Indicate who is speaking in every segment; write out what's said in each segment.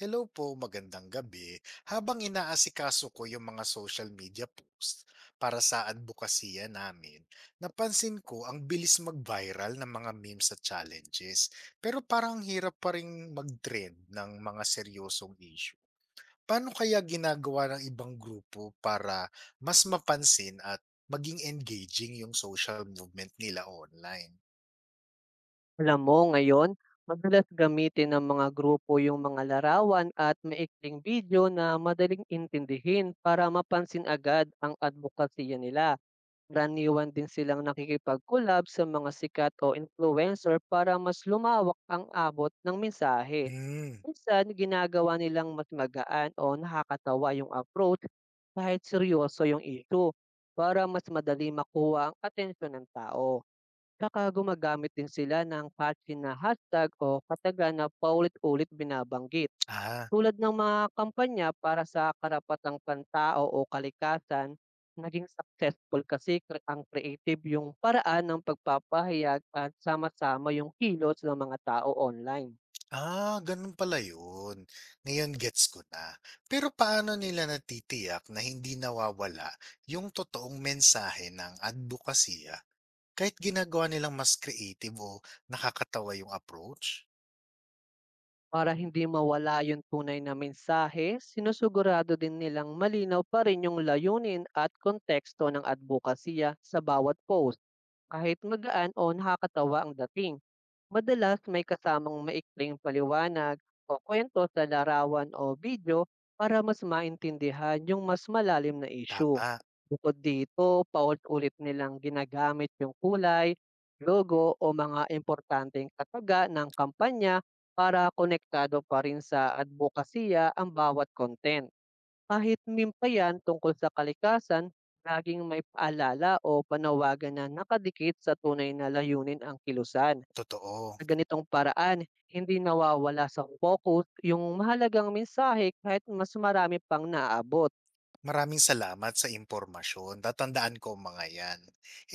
Speaker 1: Hello po, magandang gabi. Habang inaasikaso ko yung mga social media posts para sa advokasya namin, napansin ko ang bilis mag-viral ng mga memes at challenges. Pero parang ang hirap pa rin mag-trend ng mga seryosong issue. Paano kaya ginagawa ng ibang grupo para mas mapansin at maging engaging yung social movement nila online?
Speaker 2: Alam mo ngayon, madalas gamitin ng mga grupo yung mga larawan at maikling video na madaling intindihin para mapansin agad ang advokasya nila. Raniwan din silang nakikipag-collab sa mga sikat o influencer para mas lumawak ang abot ng mensahe.
Speaker 1: Hmm,
Speaker 2: Minsan, ginagawa nilang mas magaan o nakakatawa yung approach kahit seryoso yung issue para mas madali makuha ang atensyon ng tao. Tsaka gumagamit din sila ng catchy na hashtag o katagan na paulit-ulit binabanggit,
Speaker 1: ah.
Speaker 2: tulad ng mga kampanya para sa karapatang pantao o kalikasan. Naging successful kasi ang creative yung paraan ng pagpapahayag at sama-sama yung kilos ng mga tao online.
Speaker 1: Ah, ganun pala yun. Ngayon gets ko na. Pero paano nila natitiyak na hindi nawawala yung totoong mensahe ng adbukasya kahit ginagawa nilang mas creative o nakakatawa yung approach?
Speaker 2: Para hindi mawala yung tunay na mensahe, sinusugurado din nilang malinaw pa rin yung layunin at konteksto ng advokasya sa bawat post. Kahit magaan o nakakatawa ang dating, madalas may kasamang maikling paliwanag o kwento sa larawan o video para mas maintindihan yung mas malalim na issue.
Speaker 1: Tama,
Speaker 2: Bukod dito, paulit-ulit nilang ginagamit yung kulay, logo o mga importanteng kataga ng kampanya para konektado pa rin sa advokasya ang bawat content. Kahit meme pa yan tungkol sa kalikasan, laging may paalala o panawagan na nakadikit sa tunay na layunin ang kilusan.
Speaker 1: totoo.
Speaker 2: Sa ganitong paraan, hindi nawawala sa focus yung mahalagang mensahe kahit mas marami pang naabot.
Speaker 1: Maraming salamat sa impormasyon. Tatandaan ko ang mga yan.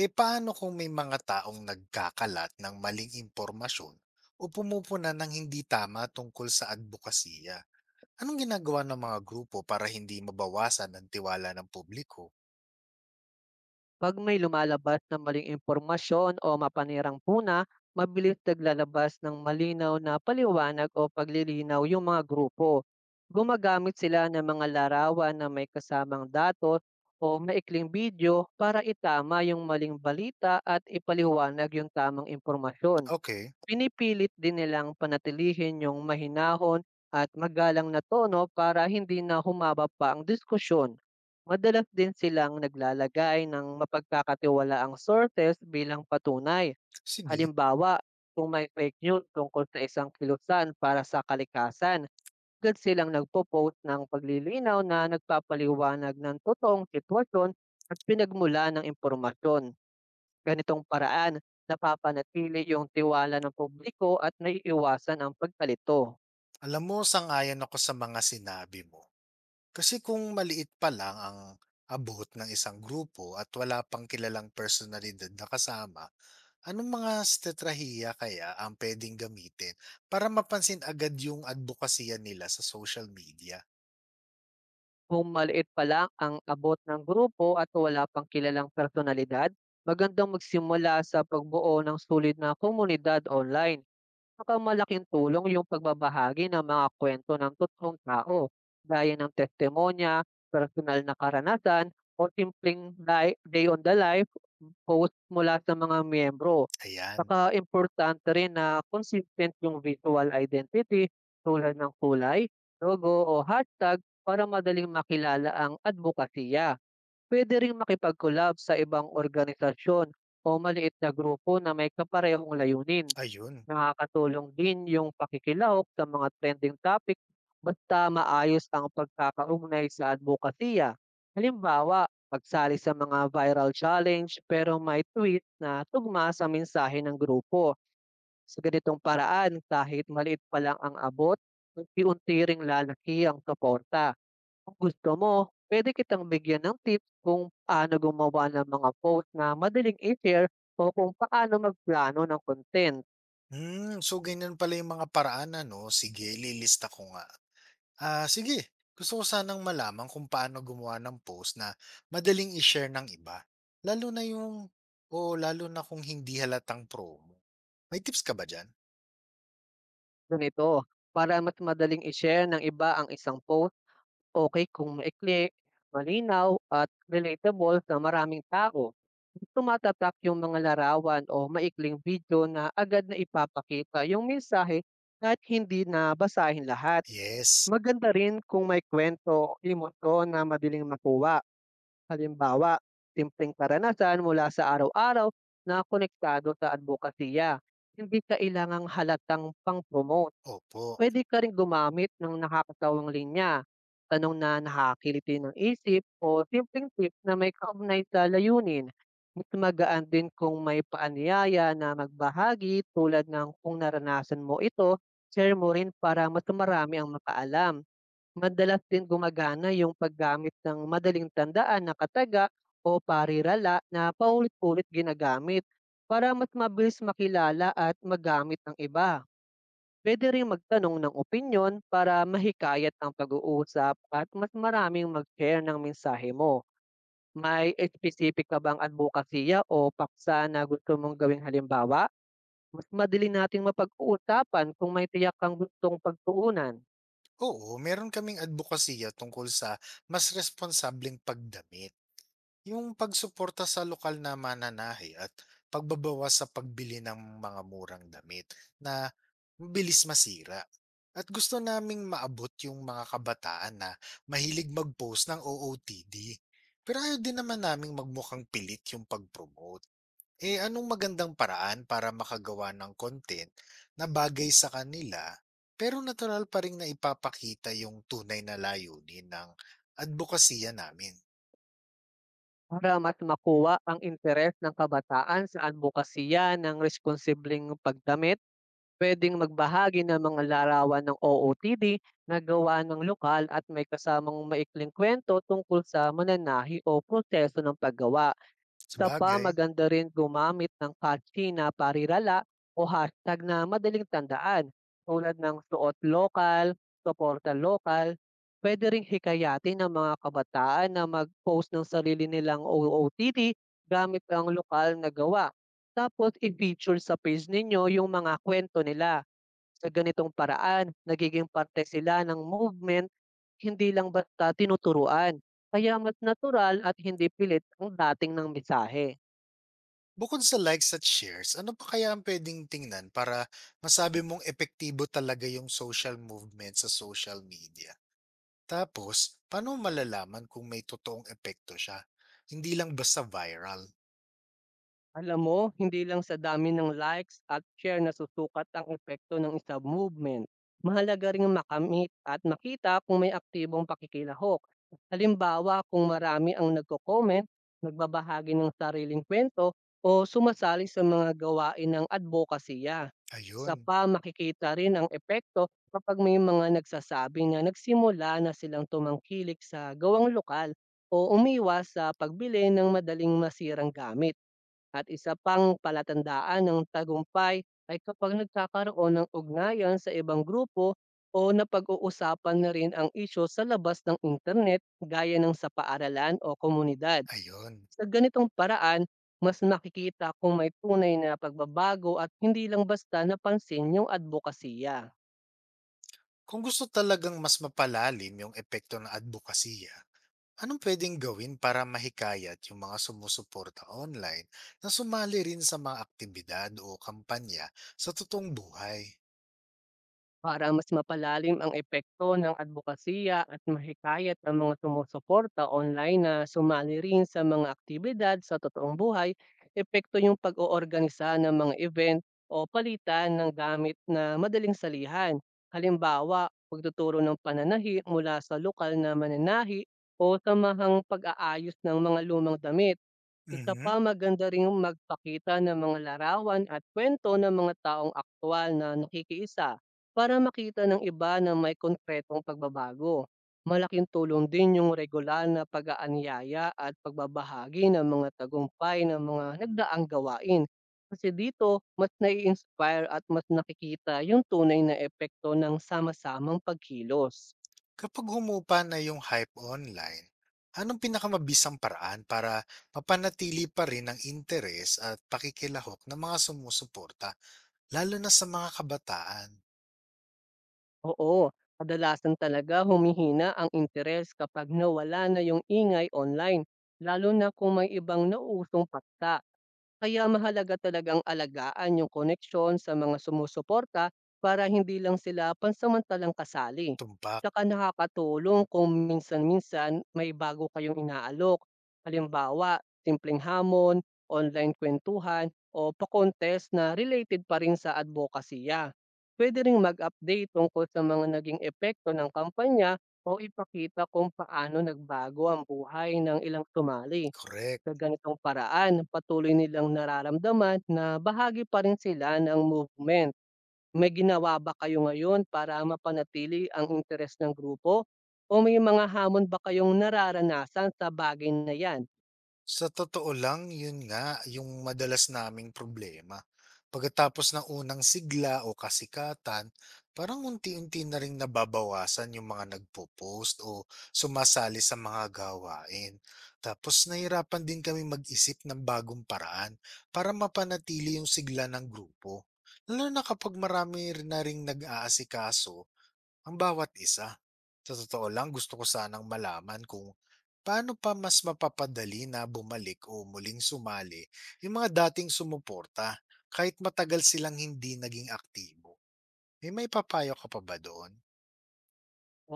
Speaker 1: Eh paano kung may mga taong nagkakalat ng maling impormasyon o pumupuna ng hindi tama tungkol sa adbukasya? Anong ginagawa ng mga grupo para hindi mabawasan ang tiwala ng publiko?
Speaker 2: 'Pag may lumalabas na maling impormasyon o mapanirang puna, mabilis naglalabas ng malinaw na paliwanag o paglilinaw yung mga grupo. Gumagamit sila ng mga larawan na may kasamang datos o maikling video para itama yung maling balita at ipaliwanag yung tamang impormasyon.
Speaker 1: Okay.
Speaker 2: Pinipilit din nilang panatilihin yung mahinahon at magalang na tono para hindi na humaba pa ang diskusyon. Madalas din silang naglalagay ng mapagkakatiwalaang sources bilang patunay.
Speaker 1: Sige,
Speaker 2: Halimbawa, kung may fake news tungkol sa isang kilusan para sa kalikasan, agad silang nagpo-post ng paglilinaw na nagpapaliwanag ng totoong sitwasyon at pinagmula ng impormasyon. Ganitong paraan, napapanatili yung tiwala ng publiko at naiiwasan ang pagkalito.
Speaker 1: alam mo, sang-ayon ako sa mga sinabi mo. Kasi kung maliit pa lang ang abot ng isang grupo at wala pang kilalang personalidad na kasama, anong mga strategiya kaya ang pwedeng gamitin para mapansin agad yung advokasya nila sa social media?
Speaker 2: Kung maliit pa lang ang abot ng grupo at wala pang kilalang personalidad, magandang magsimula sa pagbuo ng sulit na komunidad online. Pinakamalaking tulong yung pagbabahagi ng mga kuwento ng totoong tao, gaya ng testimonya, personal na karanasan, o simpleng li day on the life post mula sa mga miyembro.
Speaker 1: Ayan,
Speaker 2: Saka importante rin na consistent yung visual identity tulad ng kulay, logo, o hashtag para madaling makilala ang adbokasya. Pwede ring makipag sa ibang organisasyon o maliit na grupo na may kaparehong layunin.
Speaker 1: ayun.
Speaker 2: Nakakatulong din yung pakikilahok sa mga trending topic basta maayos ang pagkakaugnay sa adbokasya. Halimbawa, pagsali sa mga viral challenge pero may tweet na tugma sa mensahe ng grupo. Sa ganitong paraan, kahit maliit pa lang ang abot, unti-unti ring lalaki ang suporta. Kung gusto mo, pwede kitang bigyan ng tips kung paano gumawa ng mga post na madaling i-share o kung paano magplano ng content.
Speaker 1: So ganyan pala yung mga paraan, ano? Sige, lilista ko nga. Ah, sige. Gusto ko sanang malaman kung paano gumawa ng post na madaling i-share ng iba. Lalo na yung, o lalo na kung hindi halatang promo. May tips ka ba dyan?
Speaker 2: Ganito, para mas madaling i-share ng iba ang isang post, okay kung maikli, malinaw at relatable sa maraming tao. Tumatatak yung mga larawan o maikling video na agad na ipapakita yung mensahe at hindi na basahin lahat.
Speaker 1: Yes.
Speaker 2: Maganda rin kung may kwento o emosyon na madaling makuha. Halimbawa, simpleng karanasan mula sa araw-araw na konektado sa advokasya. Hindi kailangang halatang pang-promote.
Speaker 1: Opo.
Speaker 2: Puwede ka ring gumamit ng nakakatawang linya, tanong na nakakakiliti ng isip o simpleng tip na may kaugnay sa layunin. Mas magaan din kung may paanyaya na magbahagi tulad ng kung naranasan mo ito, share mo rin para mas marami ang makaalam. Madalas din gumagana yung paggamit ng madaling tandaan na kataga o parirala na paulit-ulit ginagamit para mas mabilis makilala at magamit ng iba. Puwede ring magtanong ng opinyon para mahikayat ang pag-uusap at mas maraming mag-share ng mensahe mo. May espesipik ka bang adbokasya o paksa na gusto mong gawing halimbawa? Mas madali nating mapag-uusapan kung may tiyak kang gustong pagtuunan
Speaker 1: Oo, meron kaming advokasya tungkol sa mas responsableng pagdamit. Yung pagsuporta sa lokal na mananahi at pagbabawas sa pagbili ng mga murang damit na mabilis masira. At gusto naming maabot yung mga kabataan na mahilig mag-post ng OOTD. Pero ayaw din naman naming magmukhang pilit yung pag-promote. Eh anong magandang paraan para makagawa ng content na bagay sa kanila pero natural pa rin na ipapakita yung tunay na layunin ng advokasya namin?
Speaker 2: para mas makuha ang interes ng kabataan sa adbokasya ng responsibleng pagdamit. Puwedeng magbahagi ng mga larawan ng OOTD na gawa ng lokal at may kasamang maikling kwento tungkol sa mananahi o proseso ng paggawa. Isa pa,
Speaker 1: Sabagay.
Speaker 2: maganda rin gumamit ng catchy na parirala o hashtag na madaling tandaan tulad ng "Suot Lokal", "Suporta Lokal". Puwede ring hikayatin ang mga kabataan na mag-post ng sarili nilang OOTD gamit ang lokal na gawa, tapos i-feature sa page ninyo yung mga kwento nila. Sa ganitong paraan, nagiging parte sila ng movement, hindi lang basta tinuturuan, kaya mas natural at hindi pilit ang dating ng mensahe.
Speaker 1: Bukod sa likes at shares, ano pa kaya ang pwedeng tingnan para masabi mong epektibo talaga yung social movement sa social media? Tapos, paano malalaman kung may totoong epekto siya? Hindi lang basta viral.
Speaker 2: Alam mo, hindi lang sa dami ng likes at share na susukat ang epekto ng isang movement. Mahalaga ring makamit at makita kung may aktibong pakikilahok. Halimbawa, kung marami ang nagko-comment, nagbabahagi ng sariling kwento, o sumasali sa mga gawain ng advokasya. Sa
Speaker 1: Ayun,
Speaker 2: pa, makikita rin ang epekto kapag may mga nagsasabi na nagsimula na silang tumangkilik sa gawang lokal o umiwas sa pagbili ng madaling masirang gamit, at isa pang palatandaan ng tagumpay ay kapag nagkakaroon ng ugnayan sa ibang grupo o napag-uusapan na rin ang isyu sa labas ng internet gaya ng sa paaralan o komunidad.
Speaker 1: ayun.
Speaker 2: Sa ganitong paraan, mas nakikita kung may tunay na pagbabago at hindi lang basta napansin yung adbokasya.
Speaker 1: Kung gusto talagang mas mapalalim yung epekto ng advokasya, anong pwedeng gawin para mahikayat yung mga sumusuporta online na sumali rin sa mga aktibidad o kampanya sa totoong buhay?
Speaker 2: Para mas mapalalim ang epekto ng adbokasya at mahikayat ang mga sumusuporta online na sumali rin sa mga aktibidad sa totoong buhay, epekto yung pag-oorganisa ng mga event o palitan ng gamit na madaling salihan. Halimbawa, pagtuturo ng pananahi mula sa lokal na mananahi o samahang pag-aayos ng mga lumang damit. Isa pa,
Speaker 1: Mhm.
Speaker 2: maganda rin magpakita ng mga larawan at kwento ng mga taong aktwal na nakikiisa para makita ng iba na may konkretong pagbabago. Malaking tulong din yung regular na pag-aanyaya at pagbabahagi ng mga tagumpay ng mga nagdaang gawain. Kasi dito, mas nai-inspire at mas nakikita yung tunay na epekto ng sama-samang pagkilos.
Speaker 1: Kapag humupa na yung hype online, anong pinakamabisang paraan para mapanatili pa rin ang interes at pakikilahok ng mga sumusuporta, lalo na sa mga kabataan?
Speaker 2: Oo, kadalasan talaga humihina ang interes kapag nawala na yung ingay online, lalo na kung may ibang nausong paksa. Kaya mahalaga talagang alagaan yung koneksyon sa mga sumusuporta para hindi lang sila pansamantalang kasali.
Speaker 1: Tumpak,
Speaker 2: Tsaka nakakatulong kung minsan-minsan may bago kayong inaalok. Halimbawa, simpleng hamon, online kwentuhan, o pa-contest na related pa rin sa advokasya. Pwede ring mag-update tungkol sa mga naging epekto ng kampanya o ipakita kung paano nagbago ang buhay ng ilang sumali.
Speaker 1: korek.
Speaker 2: Sa ganitong paraan, patuloy nilang nararamdaman na bahagi pa rin sila ng movement. May ginawa ba kayo ngayon para mapanatili ang interes ng grupo o may mga hamon ba kayong nararanasan sa bagay na 'yan?
Speaker 1: Sa totoo lang, yun nga yung madalas naming problema. Pagkatapos ng unang sigla o kasikatan, parang unti-unti na ring nababawasan yung mga nagpo-post o sumasali sa mga gawain. Tapos nahirapan din kami mag-isip ng bagong paraan para mapanatili yung sigla ng grupo. Lalo na kapag marami na ring nag-aasikaso ang bawat isa. Sa totoo lang, gusto ko sanang malaman kung paano pa mas mapapadali na bumalik o muling sumali yung mga dating sumuporta kahit matagal silang hindi naging aktibo? Eh, may maipapayo ka pa ba doon?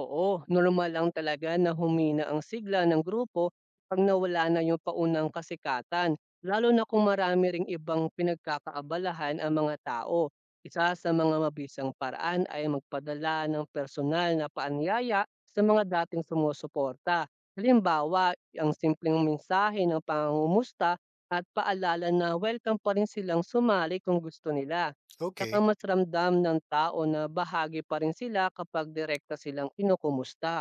Speaker 2: Oo, normal lang talaga na humina ang sigla ng grupo pag nawala na yung paunang kasikatan, lalo na kung marami ring ibang pinagkakaabalahan ang mga tao. Isa sa mga mabisang paraan ay magpadala ng personal na paanyaya sa mga dating sumusuporta. Halimbawa, ang simpleng mensahe ng pangungumusta at paalala na welcome pa rin silang sumali kung gusto nila. Tsaka
Speaker 1: Okey,
Speaker 2: mas ramdam ng tao na bahagi pa rin sila kapag direkta silang kinukumusta.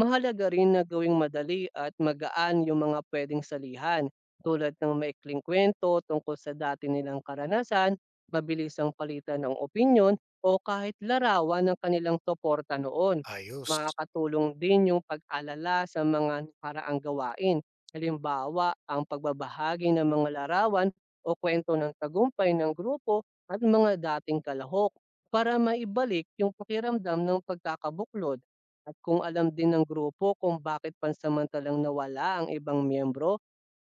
Speaker 2: Mahalaga rin na gawing madali at magaan yung mga pwedeng salihan, tulad ng maikling kwento tungkol sa dati nilang karanasan, mabilis ang palitan ng opinyon, o kahit larawan ng kanilang suporta noon.
Speaker 1: ayos.
Speaker 2: Makakatulong din yung pag-alala sa mga nakaraang gawain, halimbawa ang pagbabahagi ng mga larawan o kwento ng tagumpay ng grupo at mga dating kalahok, para maibalik yung pakiramdam ng pagkakabuklod. At kung alam din ng grupo kung bakit pansamantalang nawala ang ibang miyembro,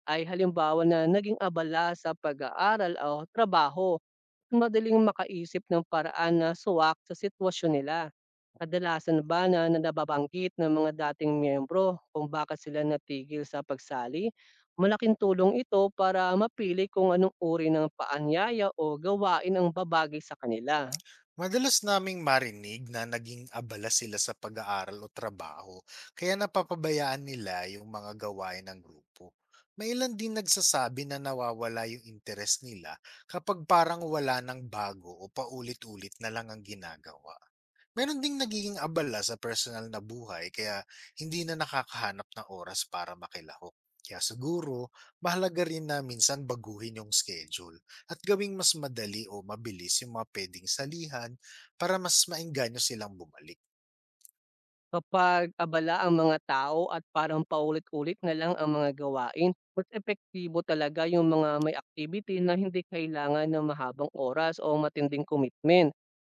Speaker 2: ay halimbawa na naging abala sa pag-aaral o trabaho, madaling makaisip ng paraan na suwak sa sitwasyon nila. Kadalasan ba na na nababanggit ng mga dating miyembro kung bakit sila natigil sa pagsali? Malaking tulong ito para mapili kung anong uri ng paanyaya o gawain ang babagay sa kanila.
Speaker 1: Madalas naming marinig na naging abala sila sa pag-aaral o trabaho kaya napapabayaan nila yung mga gawain ng grupo. May ilan din nagsasabi na nawawala yung interes nila kapag parang wala ng bago o paulit-ulit na lang ang ginagawa. Meron ding nagiging abala sa personal na buhay kaya hindi na nakakahanap ng oras para makilahok. Kaya siguro, mahalaga rin na minsan baguhin yung schedule at gawing mas madali o mabilis yung mga pwedeng salihan para mas maengganyo silang bumalik.
Speaker 2: Kapag abala ang mga tao at parang paulit-ulit na lang ang mga gawain, mas epektibo talaga yung mga may activity na hindi kailangan ng mahabang oras o matinding commitment.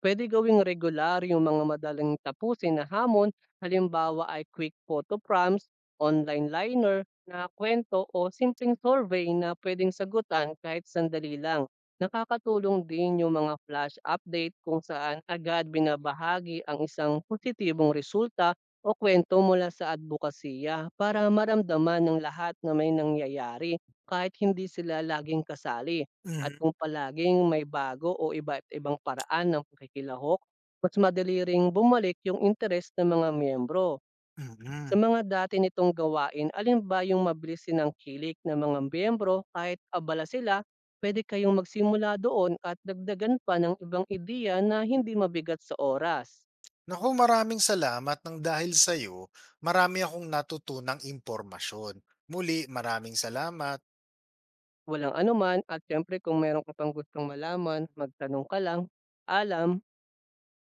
Speaker 2: Pwede gawing regular yung mga madaling tapusin na hamon, halimbawa ay quick photo prompts, online liner na kwento o simpleng survey na pwedeng sagutan kahit sandali lang. Nakakatulong din yung mga flash update kung saan agad binabahagi ang isang positibong resulta o kwento mula sa adbukasya para maramdaman ng lahat na may nangyayari kahit hindi sila laging kasali. At
Speaker 1: Mhm,
Speaker 2: kung palaging may bago o iba't ibang paraan ng pakikilahok, mas madali ring bumalik yung interes ng mga miyembro. Sa
Speaker 1: mhm.
Speaker 2: mga dati nitong gawain, alin ba yung mabilis sinangkilik ng mga miyembro kahit abala sila? Puwede kayong magsimula doon at dagdagan pa ng ibang ideya na hindi mabigat sa oras.
Speaker 1: Naku, maraming salamat ng dahil sa'yo, marami akong natutunang impormasyon. Muli, maraming salamat.
Speaker 2: Walang anuman, at siyempre kung meron ka pang gustong malaman, magtanong ka lang. Paalam.